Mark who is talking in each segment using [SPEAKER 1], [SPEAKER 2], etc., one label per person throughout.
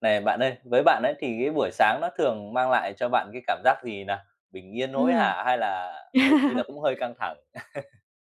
[SPEAKER 1] Này bạn ơi, với bạn ấy thì cái buổi sáng nó thường mang lại cho bạn cái cảm giác gì nào? Bình yên hối
[SPEAKER 2] Ừm.
[SPEAKER 1] hả hay là đôi khi là cũng hơi căng thẳng?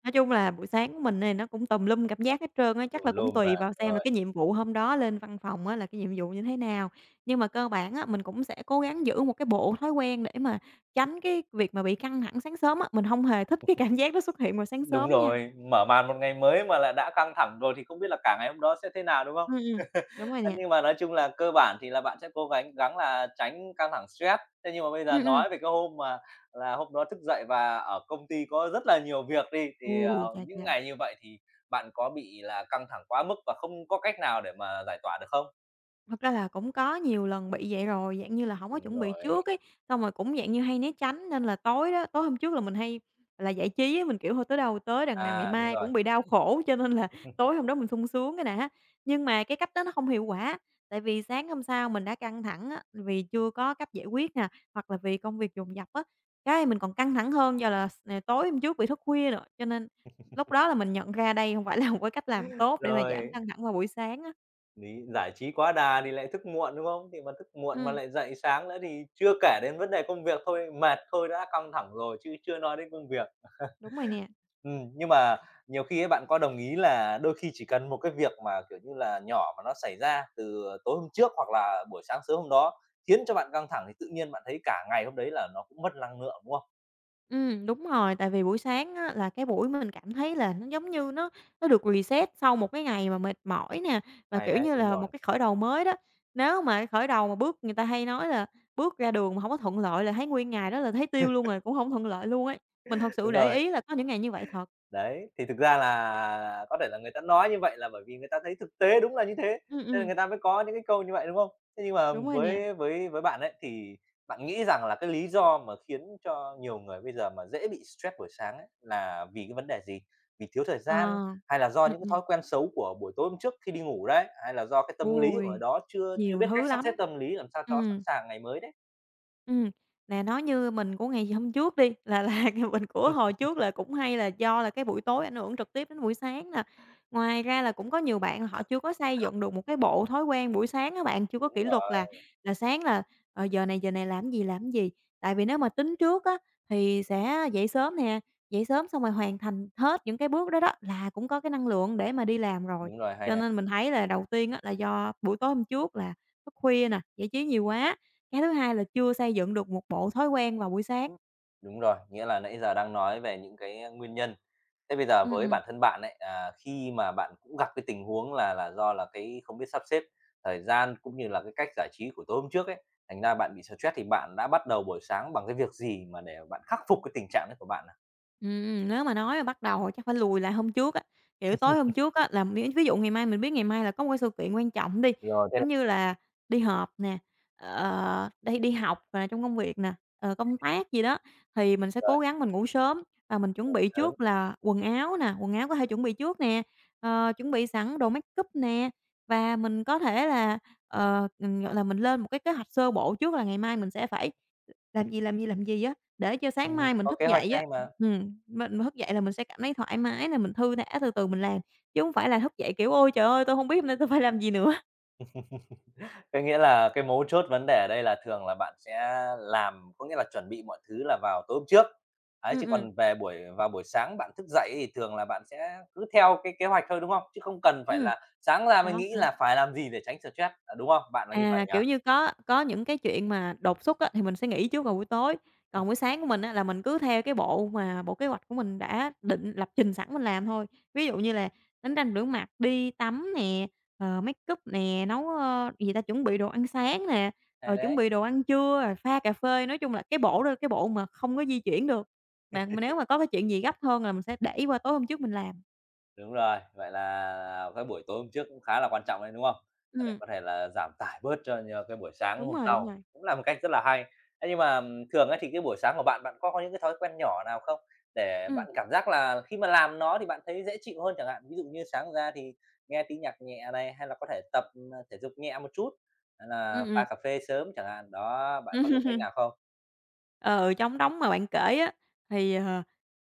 [SPEAKER 2] Nói chung là buổi sáng của mình này nó cũng tùm lum cảm giác hết trơn á, chắc
[SPEAKER 1] Tùm
[SPEAKER 2] là cũng
[SPEAKER 1] lum là
[SPEAKER 2] tùy vào xem là
[SPEAKER 1] rồi.
[SPEAKER 2] cái nhiệm vụ hôm đó lên văn phòng á là cái nhiệm vụ như thế nào. Nhưng mà cơ bản á, mình cũng sẽ cố gắng giữ một cái bộ thói quen để mà tránh cái việc mà bị căng thẳng sáng sớm á, mình không hề thích cái cảm giác nó xuất hiện vào sáng
[SPEAKER 1] Đúng
[SPEAKER 2] sớm nha.
[SPEAKER 1] rồi, mở màn một ngày mới mà lại đã căng thẳng rồi thì không biết là cả ngày hôm đó sẽ thế nào, đúng không?
[SPEAKER 2] Ừm, ừm, đúng rồi nè.
[SPEAKER 1] Nhưng mà nói chung là cơ bản thì là bạn sẽ cố gắng gắng là tránh căng thẳng stress. Thế nhưng mà bây giờ
[SPEAKER 2] Ừm, ừm.
[SPEAKER 1] nói về cái hôm mà là hôm đó thức dậy và ở công ty có rất là nhiều việc đi,
[SPEAKER 2] Ừ,
[SPEAKER 1] thì,
[SPEAKER 2] ồ, chà,
[SPEAKER 1] những
[SPEAKER 2] chà.
[SPEAKER 1] ngày như vậy thì bạn có bị là căng thẳng quá mức và không có cách nào để mà giải tỏa được không?
[SPEAKER 2] Thật ra là cũng có nhiều lần bị vậy rồi, dạng như là, hổng có
[SPEAKER 1] Đúng
[SPEAKER 2] chuẩn bị
[SPEAKER 1] rồi.
[SPEAKER 2] trước ấy, xong rồi cũng dạng như hay né tránh nên là tối hôm trước là mình hay là giải trí á, mình, kiểu, thôi tới đâu tới, đằng nào ngày
[SPEAKER 1] À, đúng
[SPEAKER 2] mai
[SPEAKER 1] rồi.
[SPEAKER 2] cũng bị đau khổ, cho nên là tối hôm đó mình sung sướng cái đã. Nhưng mà cái cách đó nó không hiệu quả, tại vì sáng hôm sau mình đã căng thẳng á, vì chưa có cách giải quyết nè, hoặc là vì công việc dồn dập á, cái mình còn căng thẳng hơn do là tối hôm trước bị thức khuya nữa, cho nên lúc đó là mình nhận ra đây hông phải là một cái cách làm tốt để mà giảm
[SPEAKER 1] Rồi,
[SPEAKER 2] căng thẳng vào buổi sáng á.
[SPEAKER 1] lý giải trí quá đà thì lại thức muộn, đúng không? Thì mà thức muộn mà
[SPEAKER 2] Ừm,
[SPEAKER 1] lại dậy sáng nữa thì chưa kể đến vấn đề công việc thôi, mệt thôi đã căng thẳng rồi chứ chưa nói đến công việc.
[SPEAKER 2] đúng rồi nè.
[SPEAKER 1] Nhưng mà nhiều khi ấy, bạn có đồng ý là đôi khi chỉ cần một cái việc mà, kiểu như là, nhỏ mà nó xảy ra từ tối hôm trước hoặc là buổi sáng sớm hôm đó khiến cho bạn căng thẳng thì tự nhiên bạn thấy cả ngày hôm đấy là nó cũng mất năng lượng, đúng không?
[SPEAKER 2] Đúng rồi, tại vì buổi sáng á là cái buổi mình cảm thấy là nó giống như nó được reset sau một cái ngày mà mệt mỏi nè, và,
[SPEAKER 1] Hay
[SPEAKER 2] kiểu
[SPEAKER 1] đấy.
[SPEAKER 2] như
[SPEAKER 1] Đúng
[SPEAKER 2] là, một
[SPEAKER 1] rồi.
[SPEAKER 2] cái khởi đầu mới đó. Nếu mà cái khởi đầu mà người ta hay nói là bước ra đường mà hổng có thuận lợi là thấy nguyên ngày đó là thấy tiêu luôn rồi, cũng hổng thuận lợi luôn ấy. Mình thật sự
[SPEAKER 1] Đúng
[SPEAKER 2] để
[SPEAKER 1] rồi.
[SPEAKER 2] ý là có những ngày như vậy thật.
[SPEAKER 1] Đấy, thì thực ra là có thể là người ta nói như vậy là bởi vì người ta thấy thực tế đúng là như thế,
[SPEAKER 2] Ừm,
[SPEAKER 1] nên là
[SPEAKER 2] ừm,
[SPEAKER 1] người ta mới có những cái câu như vậy, đúng không? Thế nhưng mà
[SPEAKER 2] đúng rồi nè.
[SPEAKER 1] với bạn ấy, thì bạn nghĩ rằng là cái lý do mà khiến cho nhiều người bây giờ mà dễ bị stress buổi sáng ấy là vì cái vấn đề gì? Vì thiếu thời
[SPEAKER 2] Ờ.
[SPEAKER 1] gian, hay là do những cái
[SPEAKER 2] Ừm.
[SPEAKER 1] thói quen xấu của buổi tối hôm trước khi đi ngủ đấy, hay là do cái tâm lý của người
[SPEAKER 2] Ôi,
[SPEAKER 1] đó chưa chưa
[SPEAKER 2] nhiều
[SPEAKER 1] biết cách
[SPEAKER 2] thứ
[SPEAKER 1] sắp xếp
[SPEAKER 2] lắm.
[SPEAKER 1] tâm lý làm sao cho sẵn
[SPEAKER 2] Ừm.
[SPEAKER 1] sàng ngày mới đấy?
[SPEAKER 2] Ừm, nè, nói như mình của ngày hôm trước đi, là mình của hồi trước là cũng hay là do là cái buổi tối ảnh hưởng trực tiếp đến buổi sáng nè. Ngoài ra là cũng có nhiều bạn là họ chưa có xây dựng được một cái bộ thói quen buổi sáng các bạn, chưa có
[SPEAKER 1] Đúng
[SPEAKER 2] kỷ luật
[SPEAKER 1] rồi,
[SPEAKER 2] là sáng là, giờ này làm gì, làm gì. Tại vì nếu mà tính trước á, thì sẽ dậy sớm nè, dậy sớm xong rồi hoàn thành hết những cái bước đó đó là cũng có cái năng lượng để mà đi làm rồi.
[SPEAKER 1] đúng rồi, hay
[SPEAKER 2] Cho
[SPEAKER 1] này.
[SPEAKER 2] nên mình thấy là đầu tiên á, là do buổi tối hôm trước là thức khuya nè, giải trí nhiều quá, cái thứ hai là chưa xây dựng được một bộ thói quen vào buổi sáng.
[SPEAKER 1] Đúng rồi, nghĩa là nãy giờ đang nói về những cái, nguyên nhân. Thế bây giờ
[SPEAKER 2] Ừm,
[SPEAKER 1] với
[SPEAKER 2] ừm.
[SPEAKER 1] bản thân bạn ấy, khi mà bạn cũng gặp cái tình huống là do là cái không biết sắp xếp thời gian cũng như là cái cách giải trí của tối hôm trước ấy, thành ra bạn bị stress thì bạn đã bắt đầu buổi sáng bằng cái việc gì mà để bạn khắc phục cái tình trạng đấy của bạn nào?
[SPEAKER 2] Nếu mà nói bắt đầu chắc phải lùi lại hôm trước á, kiểu, tối hôm trước á là ví ví dụ ngày mai mình biết ngày mai là có một cái sự kiện quan trọng đi,
[SPEAKER 1] Rồi, thế là
[SPEAKER 2] giống như là đi họp nè, đi đi học và trong công việc nè, công tác gì đó, thì mình
[SPEAKER 1] được
[SPEAKER 2] sẽ cố
[SPEAKER 1] rồi,
[SPEAKER 2] gắng mình ngủ sớm và mình chuẩn
[SPEAKER 1] ngủ
[SPEAKER 2] bị
[SPEAKER 1] sớm.
[SPEAKER 2] trước là quần áo nè, quần áo có thể chuẩn bị trước nè, chuẩn bị sẵn đồ makeup nè, và mình có thể là, gọi là, mình lên một cái kế hoạch sơ bộ trước là ngày mai mình sẽ phải làm gì, làm gì, làm gì á, để cho
[SPEAKER 1] Ừm,
[SPEAKER 2] sáng mai mình
[SPEAKER 1] có
[SPEAKER 2] thức
[SPEAKER 1] kế hoạch
[SPEAKER 2] dậy á.
[SPEAKER 1] hay mà.
[SPEAKER 2] Mình thức dậy là mình sẽ cảm thấy thoải mái nè, mình thư thả từ từ mình làm, chứ hông phải là thức dậy, kiểu, "Ôi trời ơi, tôi hông biết hôm nay tôi phải làm gì nữa."
[SPEAKER 1] Cái nghĩa là cái mấu chốt vấn đề ở đây là thường là bạn sẽ làm có nghĩa là chuẩn bị mọi thứ là vào tối hôm trước. Ấy,
[SPEAKER 2] Ừm,
[SPEAKER 1] chứ
[SPEAKER 2] ừm,
[SPEAKER 1] còn về buổi vào buổi sáng bạn thức dậy thì thường là bạn sẽ cứ theo cái kế hoạch thôi, đúng không? Chứ không cần phải
[SPEAKER 2] ừm,
[SPEAKER 1] là sáng ra mới
[SPEAKER 2] đó,
[SPEAKER 1] nghĩ
[SPEAKER 2] đó.
[SPEAKER 1] là phải làm gì để tránh stress, đúng không? Bạn là như vậy
[SPEAKER 2] À,
[SPEAKER 1] nhỉ?
[SPEAKER 2] kiểu như, có những cái chuyện mà đột xuất á, thì mình sẽ nghỉ trước vào buổi tối, còn buổi sáng của mình á, là mình cứ theo cái bộ mà bộ kế hoạch của mình đã định lập trình sẵn mình làm thôi. Ví dụ như là đánh răng rửa mặt, đi tắm nè, make up nè, nấu, gì ta, chuẩn bị đồ ăn sáng nè,
[SPEAKER 1] Hay
[SPEAKER 2] rồi chuẩn
[SPEAKER 1] đấy.
[SPEAKER 2] bị đồ ăn trưa, rồi pha cà phê, nói chung là cái bộ đó là cái bộ mà không có di chuyển được. Mà nếu mà có cái chuyện gì gấp hơn là mình sẽ để qua tối hôm trước mình làm.
[SPEAKER 1] Đúng rồi, vậy là cái buổi tối hôm trước cũng khá là quan trọng đấy, đúng không? À, để
[SPEAKER 2] Ừm,
[SPEAKER 1] có thể là giảm tải bớt cho nhờ cái buổi sáng
[SPEAKER 2] đúng
[SPEAKER 1] hôm
[SPEAKER 2] rồi, đúng
[SPEAKER 1] sau,
[SPEAKER 2] rồi.
[SPEAKER 1] cũng là một cách rất là hay. Thế nhưng mà, thường ấy thì cái buổi sáng của bạn, bạn có những cái thói quen nhỏ nào không? Để
[SPEAKER 2] Ừ,
[SPEAKER 1] bạn cảm giác là khi mà làm nó thì bạn thấy dễ chịu hơn chẳng hạn, ví dụ như sáng ra thì nghe tí nhạc nhẹ này, hay là có thể tập, thể dục nhẹ một chút, hay
[SPEAKER 2] ừ,
[SPEAKER 1] là
[SPEAKER 2] ừm.
[SPEAKER 1] pha cà phê sớm chẳng hạn, đó, bạn có dùng cách nào không?
[SPEAKER 2] Ừ, trong nóng mà bạn kể á, thì,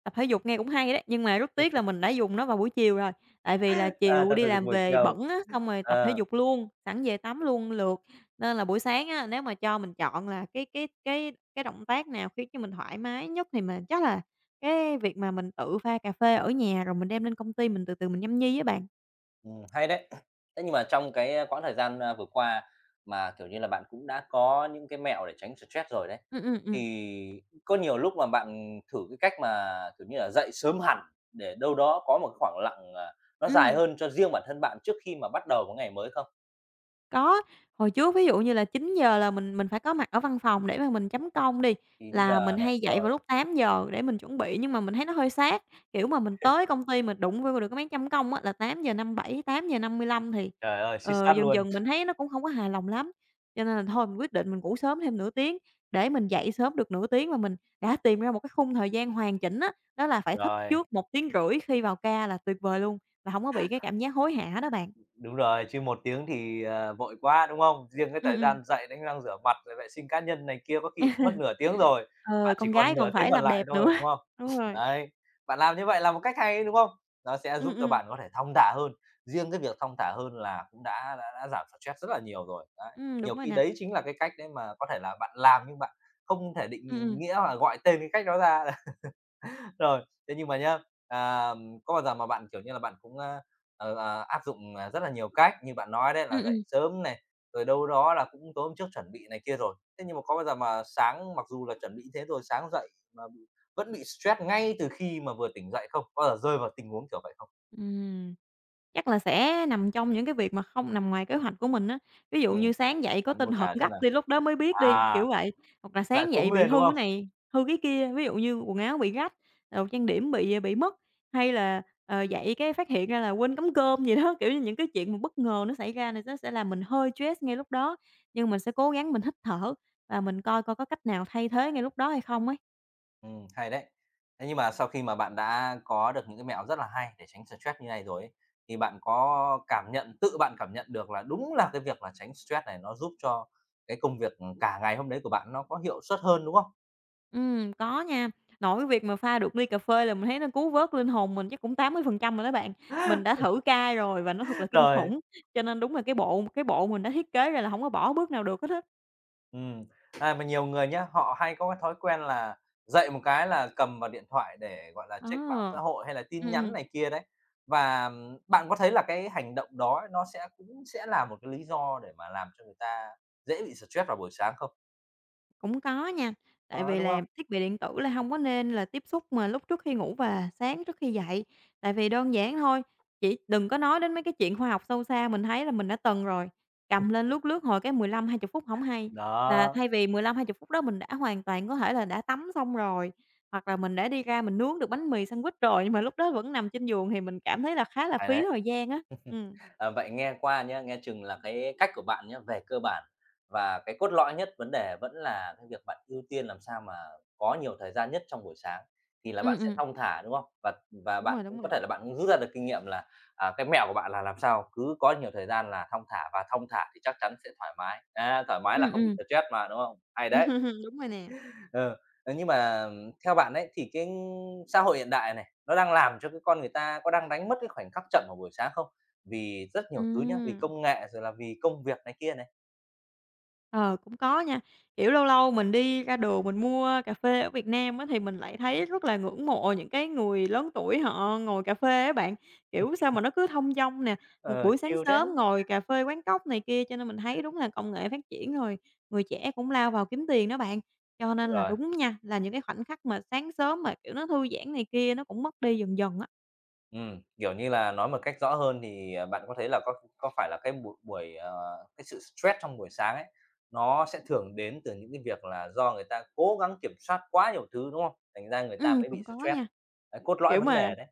[SPEAKER 2] tập thể dục nghe cũng hay đấy, nhưng mà rất tiếc là mình đã dùng nó vào buổi chiều rồi. Tại vì là
[SPEAKER 1] À,
[SPEAKER 2] chiều
[SPEAKER 1] tập
[SPEAKER 2] đi
[SPEAKER 1] thể dục
[SPEAKER 2] làm
[SPEAKER 1] buổi
[SPEAKER 2] về
[SPEAKER 1] chiều,
[SPEAKER 2] bẩn á, xong rồi tập thể
[SPEAKER 1] ờ.
[SPEAKER 2] dục luôn, sẵn về tắm luôn lượt. Nên là buổi sáng á, nếu mà cho mình chọn là cái động tác nào khiến cho mình thoải mái nhất thì mình chắc là cái việc mà mình tự pha cà phê ở nhà rồi mình đem lên công ty mình từ từ mình nhâm nhi với bạn.
[SPEAKER 1] Hay đấy. Thế nhưng mà trong cái, quãng thời gian, vừa qua mà, kiểu như là, bạn cũng đã có những cái mẹo để tránh stress rồi đấy,
[SPEAKER 2] Ừm, ừm, ừm,
[SPEAKER 1] thì có nhiều lúc mà bạn thử cái cách mà, kiểu như là, dậy sớm hẳn để đâu đó có một cái khoảng lặng, nó dài
[SPEAKER 2] ừm.
[SPEAKER 1] hơn cho riêng bản thân bạn trước khi mà bắt đầu một ngày mới không?
[SPEAKER 2] Có, hồi trước ví dụ như là 9 giờ là mình phải có mặt ở văn phòng để mà mình chấm công đi,
[SPEAKER 1] Chín
[SPEAKER 2] là mình
[SPEAKER 1] giờ này,
[SPEAKER 2] hay dậy
[SPEAKER 1] rồi.
[SPEAKER 2] vào lúc 8 giờ để mình chuẩn bị, nhưng mà mình thấy nó hơi sát, kiểu, mà mình tới công ty mình đụng vô được cái máy chấm công á là 8:57, 8:55 thì,
[SPEAKER 1] Trời ơi, suýt sát
[SPEAKER 2] dần
[SPEAKER 1] luôn.
[SPEAKER 2] dần mình thấy nó cũng không có hài lòng lắm, cho nên là thôi mình quyết định mình ngủ sớm thêm nửa tiếng để mình dậy sớm được nửa tiếng và mình đã tìm ra một cái khung thời gian hoàn chỉnh á, đó là phải thức
[SPEAKER 1] Rồi.
[SPEAKER 2] trước một tiếng rưỡi khi vào ca là tuyệt vời luôn, là không có bị cái cảm giác hối hả đó bạn.
[SPEAKER 1] Đúng rồi, chứ một tiếng thì, vội quá, đúng không? Riêng cái
[SPEAKER 2] Ừm,
[SPEAKER 1] thời
[SPEAKER 2] ừm.
[SPEAKER 1] gian dậy đánh răng rửa mặt rồi vệ sinh cá nhân này kia có khi cũng mất nửa tiếng rồi,
[SPEAKER 2] Ờ,
[SPEAKER 1] bạn chỉ
[SPEAKER 2] con gái
[SPEAKER 1] còn nửa
[SPEAKER 2] còn
[SPEAKER 1] tiếng
[SPEAKER 2] phải
[SPEAKER 1] còn
[SPEAKER 2] làm
[SPEAKER 1] lại
[SPEAKER 2] đẹp
[SPEAKER 1] thôi,
[SPEAKER 2] nữa.
[SPEAKER 1] đúng không?
[SPEAKER 2] Đúng rồi.
[SPEAKER 1] Đấy, bạn làm như vậy là một cách hay đấy, đúng không? Nó sẽ giúp
[SPEAKER 2] Ừm,
[SPEAKER 1] cho
[SPEAKER 2] ừm.
[SPEAKER 1] bạn có thể thong thả hơn, riêng cái việc thong thả hơn là cũng đã giảm stress rất là nhiều rồi, đấy.
[SPEAKER 2] Đúng
[SPEAKER 1] Nhiều
[SPEAKER 2] rồi
[SPEAKER 1] khi
[SPEAKER 2] nè.
[SPEAKER 1] đấy chính là cái cách đấy mà có thể là bạn làm nhưng bạn không thể định
[SPEAKER 2] Ừm, ừm.
[SPEAKER 1] nghĩa hoặc gọi tên cái cách đó ra. Rồi, thế nhưng mà nhá, à, có bao giờ mà bạn, kiểu như là, bạn cũng, áp dụng, rất là nhiều cách như bạn nói đấy
[SPEAKER 2] Ừm,
[SPEAKER 1] là
[SPEAKER 2] ừm.
[SPEAKER 1] dậy sớm này, rồi đâu đó là cũng tối hôm trước chuẩn bị này kia rồi. Thế nhưng mà có bao giờ mà sáng mặc dù là chuẩn bị thế rồi, sáng dậy mà vẫn bị stress ngay từ khi mà vừa tỉnh dậy không? Có bao giờ rơi vào tình huống kiểu vậy không?
[SPEAKER 2] Ừm, chắc là sẽ nằm trong những cái việc mà không nằm ngoài kế hoạch của mình á. Ví dụ
[SPEAKER 1] Ừ,
[SPEAKER 2] như sáng dậy có
[SPEAKER 1] bạn
[SPEAKER 2] tin
[SPEAKER 1] mô
[SPEAKER 2] họp
[SPEAKER 1] tả xem
[SPEAKER 2] gấp
[SPEAKER 1] nào.
[SPEAKER 2] đi, lúc đó mới biết đi, kiểu
[SPEAKER 1] À,
[SPEAKER 2] vậy, hoặc là
[SPEAKER 1] lại
[SPEAKER 2] sáng dậy
[SPEAKER 1] cuống
[SPEAKER 2] bị
[SPEAKER 1] lên, đúng
[SPEAKER 2] hư cái
[SPEAKER 1] không?
[SPEAKER 2] này, hư cái kia, ví dụ như quần áo bị rách, đồ trang điểm bị mất, hay là, dậy cái phát hiện ra là quên cắm cơm gì đó, kiểu như những cái chuyện mà bất ngờ nó xảy ra này nó sẽ làm mình hơi stress ngay lúc đó. Nhưng mình sẽ cố gắng mình hít thở và mình coi coi có cách nào thay thế ngay lúc đó hay không ấy.
[SPEAKER 1] Hay đấy. Thế nhưng mà sau khi mà bạn đã có được những cái mẹo rất là hay để tránh stress như này rồi ấy, thì bạn có cảm nhận tự bạn cảm nhận được là đúng là cái việc là tránh stress này nó giúp cho cái công việc cả ngày hôm đấy của bạn nó có hiệu suất hơn, đúng không?
[SPEAKER 2] Có nha. Nội cái việc mà pha được ly cà phê là mình thấy nó cứu vớt linh hồn mình chắc cũng 80% rồi đó bạn. Mình đã thử cai rồi và nó thật là kinh
[SPEAKER 1] Rồi,
[SPEAKER 2] khủng, cho nên đúng là cái bộ mình đã thiết kế ra là hổng có bỏ bước nào được hết á.
[SPEAKER 1] ừm, mà nhiều người nhá, họ hay có cái thói quen là dậy một cái là cầm vào điện thoại để, gọi là, check mạng xã
[SPEAKER 2] Ờ.
[SPEAKER 1] hội hay là tin nhắn
[SPEAKER 2] Ừm.
[SPEAKER 1] này kia đấy. Và bạn có thấy là cái hành động đó ấy, nó sẽ cũng sẽ là một cái lý do để mà làm cho người ta dễ bị stress vào buổi sáng không?
[SPEAKER 2] Cũng có nha, tại
[SPEAKER 1] Có,
[SPEAKER 2] vì
[SPEAKER 1] đúng
[SPEAKER 2] là
[SPEAKER 1] không?
[SPEAKER 2] thiết bị điện tử là hông có nên là tiếp xúc mà lúc trước khi ngủ và sáng trước khi dậy. Tại vì đơn giản thôi, chỉ đừng có nói đến mấy cái chuyện khoa học sâu xa, mình thấy là mình đã từng rồi, cầm lên lướt lướt hồi cái 15 20 phút hổng hay, là
[SPEAKER 1] Đó,
[SPEAKER 2] thay vì 15 20 phút đó mình đã hoàn toàn có thể là đã tắm xong rồi, hoặc là mình đã đi ra mình nướng được bánh mì sandwich rồi, nhưng mà lúc đó vẫn nằm trên giường thì mình cảm thấy là khá là
[SPEAKER 1] phải
[SPEAKER 2] phí
[SPEAKER 1] đấy.
[SPEAKER 2] thời gian á. Ừm.
[SPEAKER 1] À, vậy nghe qua nhá, nghe chừng là cái cách của bạn nhá, về cơ bản và cái cốt lõi nhất vấn đề vẫn là cái việc bạn ưu tiên làm sao mà có nhiều thời gian nhất trong buổi sáng thì là bạn
[SPEAKER 2] Ừm,
[SPEAKER 1] sẽ
[SPEAKER 2] ừm.
[SPEAKER 1] thong thả, đúng không? Và
[SPEAKER 2] Đúng
[SPEAKER 1] bạn
[SPEAKER 2] rồi, đúng
[SPEAKER 1] cũng
[SPEAKER 2] rồi.
[SPEAKER 1] có thể là bạn cũng rút ra được kinh nghiệm là, cái mẹo của bạn là làm sao cứ có nhiều thời gian là thong thả và thong thả thì chắc chắn sẽ thoải mái. À, thoải mái
[SPEAKER 2] Ừm,
[SPEAKER 1] là không bị
[SPEAKER 2] ừm.
[SPEAKER 1] stress mà, đúng không? Hay đấy!
[SPEAKER 2] Đúng rồi nè.
[SPEAKER 1] Ờ, nhưng mà theo bạn ấy thì cái xã hội hiện đại này, nó đang làm cho cái con người ta có đang đánh mất cái khoảnh khắc chậm vào buổi sáng không? Vì rất nhiều thứ nhá, vì
[SPEAKER 2] Ừm.
[SPEAKER 1] công nghệ rồi là vì công việc này kia này.
[SPEAKER 2] Ờ, cũng có nha. Kiểu, lâu lâu mình đi ra đường mình mua cà phê ở Việt Nam á, thì mình lại thấy rất là ngưỡng mộ những cái người lớn tuổi họ ngồi cà phê á bạn. Kiểu, sao mà nó cứ thong dong nè, một
[SPEAKER 1] Ờ,
[SPEAKER 2] buổi sáng
[SPEAKER 1] chill đấy.
[SPEAKER 2] sớm ngồi cà phê quán cóc này kia, cho nên mình thấy đúng là công nghệ phát triển rồi, người trẻ cũng lao vào kiếm tiền đó bạn. Cho
[SPEAKER 1] Đúng
[SPEAKER 2] nên là
[SPEAKER 1] rồi,
[SPEAKER 2] đúng nha, là những cái khoảnh khắc mà sáng sớm mà, kiểu, nó thư giãn này kia nó cũng mất đi dần dần á.
[SPEAKER 1] kiểu như là, nói một cách rõ hơn thì, bạn có thấy là có phải là cái buổi buổi, cái sự stress trong buổi sáng ấy, nó sẽ thường đến từ những cái việc là do người ta cố gắng kiểm soát quá nhiều thứ, đúng không? Thành ra người ta mới
[SPEAKER 2] Cũng
[SPEAKER 1] bị
[SPEAKER 2] có
[SPEAKER 1] stress.
[SPEAKER 2] nha.
[SPEAKER 1] Đấy, cốt lõi
[SPEAKER 2] Kiểu
[SPEAKER 1] vấn
[SPEAKER 2] mà
[SPEAKER 1] đề đấy,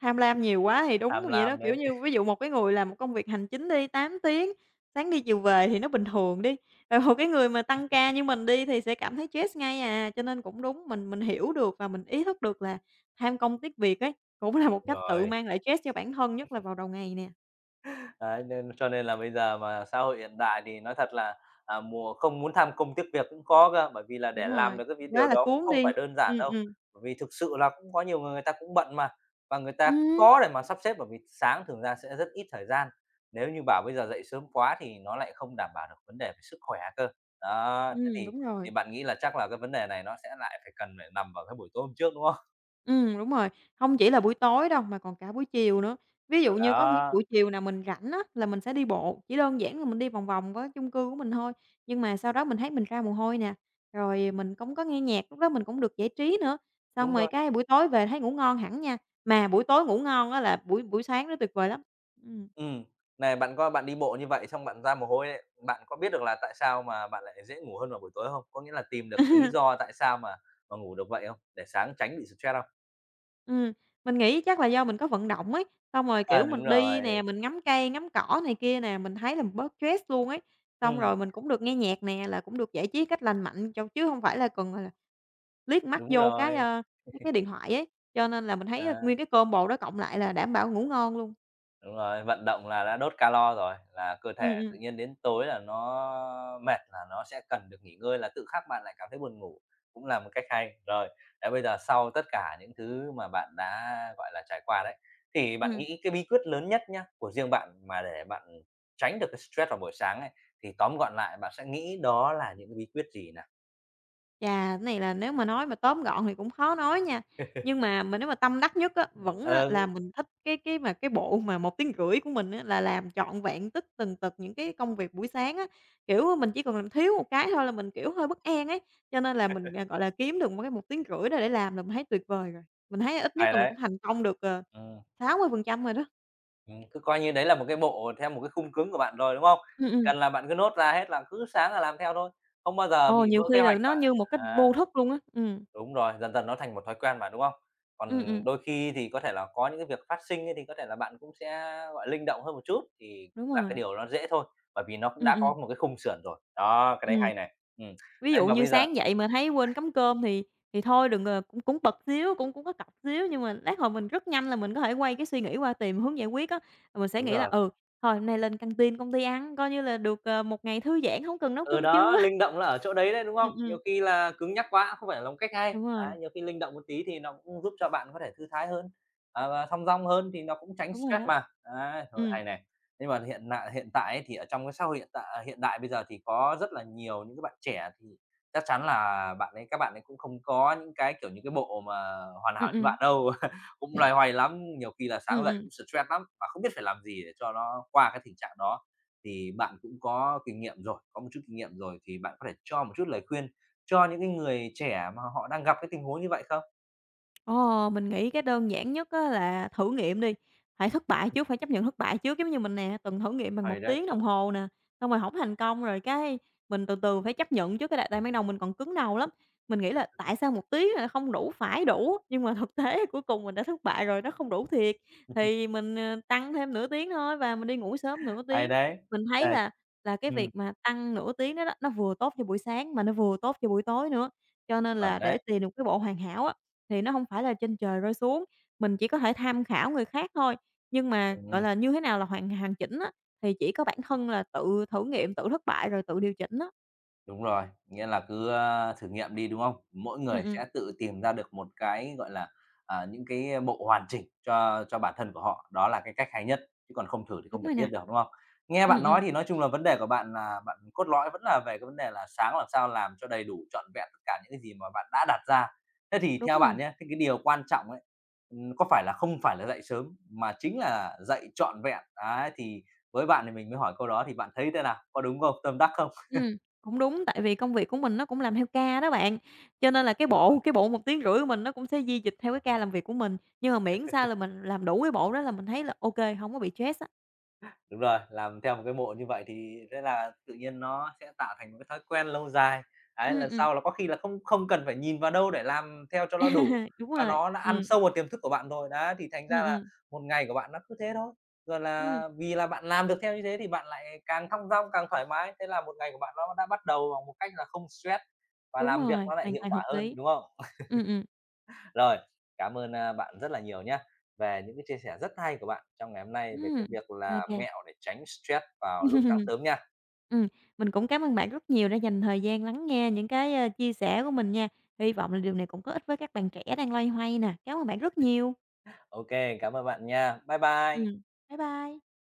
[SPEAKER 2] tham lam nhiều quá thì đúng
[SPEAKER 1] tham
[SPEAKER 2] vậy đó,
[SPEAKER 1] lam
[SPEAKER 2] kiểu
[SPEAKER 1] đấy.
[SPEAKER 2] như, ví dụ một cái người làm một công việc hành chính đi, 8 tiếng, sáng đi chiều về thì nó bình thường đi, rồi một cái người mà tăng ca như mình đi thì sẽ cảm thấy stress ngay à. Cho nên cũng đúng, mình hiểu được và mình ý thức được là tham công tiếc việc ấy, cũng là một cách tự
[SPEAKER 1] Rồi.
[SPEAKER 2] mang lại stress cho bản thân, nhất là vào đầu ngày nè.
[SPEAKER 1] Đấy, nên cho nên là bây giờ mà xã hội hiện đại thì nói thật là, mùa không muốn tham công tiếc việc cũng có cơ, bởi vì là để
[SPEAKER 2] Đúng
[SPEAKER 1] làm
[SPEAKER 2] rồi,
[SPEAKER 1] được cái vi
[SPEAKER 2] quá
[SPEAKER 1] điều
[SPEAKER 2] là
[SPEAKER 1] đó cũng
[SPEAKER 2] cuốn
[SPEAKER 1] không phải
[SPEAKER 2] đi.
[SPEAKER 1] đơn giản
[SPEAKER 2] Ừm,
[SPEAKER 1] đâu.
[SPEAKER 2] ừm.
[SPEAKER 1] Bởi vì thực sự là cũng có nhiều người người ta cũng bận mà, và người ta
[SPEAKER 2] Ừm,
[SPEAKER 1] có để mà sắp xếp bởi vì sáng thường ra sẽ rất ít thời gian. Nếu như bảo bây giờ dậy sớm quá thì nó lại không đảm bảo được vấn đề về sức khỏe cơ. Đó, thế thì
[SPEAKER 2] đúng rồi.
[SPEAKER 1] thì bạn nghĩ là chắc là cái vấn đề này nó sẽ lại phải cần phải nằm vào cái buổi tối hôm trước, đúng không?
[SPEAKER 2] Ừ, đúng rồi, không chỉ là buổi tối đâu mà còn cả buổi chiều nữa. Ví dụ như có những
[SPEAKER 1] Đó,
[SPEAKER 2] buổi chiều nào mình rảnh á là mình sẽ đi bộ, chỉ đơn giản là mình đi vòng vòng với chung cư của mình thôi, nhưng mà sau đó mình thấy mình ra mồ hôi nè, rồi mình cũng có nghe nhạc, lúc đó mình cũng được giải trí nữa. Xong
[SPEAKER 1] đúng
[SPEAKER 2] rồi
[SPEAKER 1] rồi.
[SPEAKER 2] cái buổi tối về thấy ngủ ngon hẳn nha, mà buổi tối ngủ ngon á là buổi buổi sáng nó tuyệt vời lắm. Ừm.
[SPEAKER 1] Ừm. Này, bạn coi bạn đi bộ như vậy xong bạn ra mồ hôi ấy, bạn có biết được là tại sao mà bạn lại dễ ngủ hơn vào buổi tối không? Có nghĩa là tìm được cái lý do tại sao mà ngủ được vậy không? Để sáng tránh bị stress không?
[SPEAKER 2] Ừm, mình nghĩ chắc là do mình có vận động ấy, xong rồi,
[SPEAKER 1] À,
[SPEAKER 2] kiểu,
[SPEAKER 1] đúng
[SPEAKER 2] mình đi
[SPEAKER 1] rồi.
[SPEAKER 2] nè, mình ngắm cây, ngắm cỏ này kia nè, mình thấy là mình bớt stress luôn ấy. Xong
[SPEAKER 1] Ừm,
[SPEAKER 2] rồi mình cũng được nghe nhạc nè, là cũng được giải trí cách lành mạnh cho chứ hông phải là cần, gọi là, liếc mắt
[SPEAKER 1] đúng
[SPEAKER 2] vô cái,
[SPEAKER 1] rồi.
[SPEAKER 2] mấy cái điện thoại ấy, cho nên là mình thấy
[SPEAKER 1] Ờ.
[SPEAKER 2] nguyên cái combo đó cộng lại là đảm bảo ngủ ngon luôn.
[SPEAKER 1] Đúng rồi, vận động là đã đốt calo rồi, là cơ
[SPEAKER 2] Ừm,
[SPEAKER 1] thể
[SPEAKER 2] ừm,
[SPEAKER 1] tự nhiên đến tối là nó mệt là nó sẽ cần được nghỉ ngơi, là tự khắc bạn lại cảm thấy buồn ngủ, cũng là một cách hay. Rồi, thế bây giờ sau tất cả những thứ mà bạn đã, gọi là, trải qua đấy, thì bạn
[SPEAKER 2] ừm.
[SPEAKER 1] nghĩ cái bí quyết lớn nhất nhá, của riêng bạn mà để bạn tránh được cái stress vào buổi sáng ấy, thì tóm gọn lại bạn sẽ nghĩ đó là những cái bí quyết gì nào?
[SPEAKER 2] Chà, cái này là nếu mà nói mà tóm gọn thì cũng khó nói nha. Nhưng mà mình nếu mà tâm đắc nhất á, vẫn á là
[SPEAKER 1] Ừ,
[SPEAKER 2] mình thích cái bộ mà 1 tiếng rưỡi của mình á, là làm trọn vẹn tất tần tật những cái công việc buổi sáng á. Kiểu, mình chỉ cần làm thiếu một cái thôi là mình, kiểu, hơi bất an ấy, cho nên là mình, gọi là, kiếm được một cái 1 tiếng rưỡi đó để làm là mình thấy tuyệt vời rồi. Mình thấy ít nhất
[SPEAKER 1] hay
[SPEAKER 2] là mình
[SPEAKER 1] đấy.
[SPEAKER 2] cũng thành công được,
[SPEAKER 1] Ừm.
[SPEAKER 2] 60% rồi đó.
[SPEAKER 1] Cứ coi như đấy là một cái bộ theo một cái khung cứng của bạn rồi, đúng không?
[SPEAKER 2] Ừm,
[SPEAKER 1] Chỉ
[SPEAKER 2] ừm.
[SPEAKER 1] cần là bạn cứ nốt ra hết là cứ sáng là làm theo thôi, không bao giờ
[SPEAKER 2] Ồ,
[SPEAKER 1] bị
[SPEAKER 2] nhiều
[SPEAKER 1] vỡ kế
[SPEAKER 2] khi là
[SPEAKER 1] hoạch
[SPEAKER 2] nó
[SPEAKER 1] cả.
[SPEAKER 2] như một cách
[SPEAKER 1] À,
[SPEAKER 2] vô thức luôn á.
[SPEAKER 1] đúng rồi, dần dần nó thành một thói quen mà, đúng không?
[SPEAKER 2] Ừm,
[SPEAKER 1] Còn
[SPEAKER 2] ừm,
[SPEAKER 1] đôi khi thì có thể là có những cái việc phát sinh ấy thì có thể là bạn cũng sẽ, gọi, linh động hơn một chút, thì
[SPEAKER 2] đúng
[SPEAKER 1] cũng là cái
[SPEAKER 2] rồi.
[SPEAKER 1] điều nó dễ thôi, bởi vì nó cũng
[SPEAKER 2] Ừm,
[SPEAKER 1] đã
[SPEAKER 2] ừm,
[SPEAKER 1] có một cái khung sườn rồi. Đó, cái đấy
[SPEAKER 2] ừm.
[SPEAKER 1] hay này.
[SPEAKER 2] Ví
[SPEAKER 1] Thế
[SPEAKER 2] dụ
[SPEAKER 1] mà
[SPEAKER 2] như
[SPEAKER 1] bây giờ
[SPEAKER 2] sáng dậy mà thấy quên cắm cơm thì thôi đừng, cũng cũng bực xíu, cũng cũng có cọc xíu, nhưng mà lát hồi mình rất nhanh là mình có thể quay cái suy nghĩ qua tìm hướng giải quyết á. Rồi mình sẽ
[SPEAKER 1] đúng
[SPEAKER 2] nghĩ là
[SPEAKER 1] rồi.
[SPEAKER 2] "Ừ, thôi hôm nay lên căng-tin công ty ăn, coi như là được, một ngày thư giãn, không cần nấu
[SPEAKER 1] Ừ,
[SPEAKER 2] cơm trưa."
[SPEAKER 1] đó, linh động là ở chỗ đấy đấy, đúng
[SPEAKER 2] Ừm,
[SPEAKER 1] không?
[SPEAKER 2] ừm,
[SPEAKER 1] Nhiều khi là cứng nhắc quá cũng không phải là một cách hay.
[SPEAKER 2] đúng rồi,
[SPEAKER 1] Đấy, nhiều khi linh động một tí thì nó cũng giúp cho bạn có thể thư thái hơn, à, và thong dong hơn thì nó cũng tránh
[SPEAKER 2] đúng rồi
[SPEAKER 1] stress
[SPEAKER 2] đó.
[SPEAKER 1] mà. Đấy, rồi
[SPEAKER 2] Ừ,
[SPEAKER 1] hay này. Nhưng mà hiện tại ấy thì ở trong cái xã hội hiện tại à, hiện đại bây giờ thì có rất là nhiều những cái bạn trẻ thì chắc chắn là bạn ấy các bạn ấy cũng không có những cái, kiểu những cái bộ mà hoàn
[SPEAKER 2] ừ,
[SPEAKER 1] hảo như
[SPEAKER 2] ừ,
[SPEAKER 1] bạn đâu, cũng loay hoay lắm, nhiều khi là
[SPEAKER 2] ừ,
[SPEAKER 1] sáng dậy
[SPEAKER 2] ừm.
[SPEAKER 1] cũng stress lắm và không biết phải làm gì để cho nó qua cái tình trạng đó thì bạn cũng có kinh nghiệm rồi, có một chút kinh nghiệm rồi thì bạn có thể cho một chút lời khuyên cho những cái người trẻ mà họ đang gặp cái tình huống như vậy không?
[SPEAKER 2] Ờ, mình nghĩ cái đơn giản nhất á là thử nghiệm đi, phải thất bại trước, phải chấp nhận thất bại trước. Giống như mình nè, từng thử nghiệm bằng
[SPEAKER 1] Hay
[SPEAKER 2] một
[SPEAKER 1] đấy.
[SPEAKER 2] tiếng đồng hồ nè, xong rồi không thành công rồi cái mình từ từ phải chấp nhận trước cái tại tại ban đầu mình còn cứng đầu lắm. Mình nghĩ là tại sao 1 tiếng là không đủ, phải đủ, nhưng mà thực tế cuối cùng mình đã thất bại rồi, nó không đủ thiệt. Thì mình, tăng thêm nửa tiếng thôi và mình đi ngủ sớm nửa
[SPEAKER 1] Hay
[SPEAKER 2] tiếng.
[SPEAKER 1] đấy,
[SPEAKER 2] Mình
[SPEAKER 1] ờ,
[SPEAKER 2] thấy là cái
[SPEAKER 1] ừm,
[SPEAKER 2] việc mà tăng nửa tiếng đó đó, nó vừa tốt cho buổi sáng mà nó vừa tốt cho buổi tối nữa. Cho nên
[SPEAKER 1] chuẩn
[SPEAKER 2] là để
[SPEAKER 1] đấy,
[SPEAKER 2] tìm được cái bộ hoàn hảo á thì nó hông phải là trên trời rơi xuống, mình chỉ có thể tham khảo người khác thôi, nhưng mà, gọi
[SPEAKER 1] ừm.
[SPEAKER 2] là, như thế nào là hoàn hoàn chỉnh á, thì chỉ có bản thân là tự thử nghiệm, tự thất bại rồi tự điều chỉnh á.
[SPEAKER 1] Đúng rồi, nghĩa là cứ, a, thử nghiệm đi, đúng không? Mỗi
[SPEAKER 2] Ừm,
[SPEAKER 1] người
[SPEAKER 2] ừm,
[SPEAKER 1] sẽ tự tìm ra được một cái, gọi là, à, những cái bộ hoàn chỉnh cho bản thân của họ, đó là cái cách hay nhất, chứ còn không thử thì
[SPEAKER 2] đúng
[SPEAKER 1] không thể
[SPEAKER 2] rồi nè.
[SPEAKER 1] biết được, đúng không? Nghe bạn
[SPEAKER 2] Ừm, ừm,
[SPEAKER 1] nói thì nói chung là vấn đề của bạn là bạn cốt lõi vẫn là về cái vấn đề là sáng làm sao làm cho đầy đủ trọn vẹn tất cả những cái gì mà bạn đã đặt ra. Thế thì
[SPEAKER 2] đúng
[SPEAKER 1] theo
[SPEAKER 2] rồi.
[SPEAKER 1] bạn nhé, thế cái điều quan trọng ấy, có phải là không phải là dậy sớm, mà chính là dậy trọn vẹn? Đấy, thì với bạn thì mình mới hỏi câu đó thì bạn thấy thế nào? Có đúng không? Tâm đắc không?
[SPEAKER 2] Ừm, cũng đúng, tại vì công việc của mình nó cũng làm theo ca đó bạn, cho nên là cái bộ 1 tiếng rưỡi của mình nó cũng sẽ di dịch theo cái ca làm việc của mình, nhưng mà miễn sao là mình làm đủ cái bộ đó là mình thấy là ô kê, hông có bị stress á.
[SPEAKER 1] Đúng rồi, làm theo một cái bộ như vậy thì thế là tự nhiên nó sẽ tạo thành một cái thói quen lâu dài. Đấy
[SPEAKER 2] Ừm,
[SPEAKER 1] lần
[SPEAKER 2] ừm.
[SPEAKER 1] sau là có khi là không không cần phải nhìn vào đâu để làm theo cho nó đủ,
[SPEAKER 2] Đúng
[SPEAKER 1] mà
[SPEAKER 2] rồi.
[SPEAKER 1] nó đã ăn sâu vào tiềm thức của bạn rồi. Đấy, thì thành
[SPEAKER 2] Ừm,
[SPEAKER 1] ra là
[SPEAKER 2] ừm,
[SPEAKER 1] một ngày của bạn nó cứ thế thôi. Rồi
[SPEAKER 2] ừm,
[SPEAKER 1] là vì là bạn làm được theo như thế thì bạn lại càng thong dong, càng thoải mái, thế là một ngày của bạn nó đã bắt đầu bằng một cách là không stress và
[SPEAKER 2] đúng
[SPEAKER 1] làm việc
[SPEAKER 2] rồi,
[SPEAKER 1] nó lại
[SPEAKER 2] hoàn
[SPEAKER 1] hiệu
[SPEAKER 2] toàn
[SPEAKER 1] quả
[SPEAKER 2] hợp
[SPEAKER 1] hơn,
[SPEAKER 2] lý.
[SPEAKER 1] đúng không?
[SPEAKER 2] Ừm, ừm.
[SPEAKER 1] Rồi, cảm ơn, a, bạn rất là nhiều nhé về những cái chia sẻ rất hay của bạn trong ngày hôm nay về
[SPEAKER 2] Ừm,
[SPEAKER 1] cái việc
[SPEAKER 2] ô
[SPEAKER 1] là mẹo để tránh stress vào lúc sáng sớm nha.
[SPEAKER 2] Ừm, mình cũng cảm ơn bạn rất nhiều đã dành thời gian lắng nghe những cái, chia sẻ của mình nha. Hy vọng là điều này cũng có ích với các bạn trẻ đang loay hoay nè. Cám ơn bạn rất nhiều.
[SPEAKER 1] Ok cảm ơn bạn nha. Bye bye.
[SPEAKER 2] Ừm, bye bye.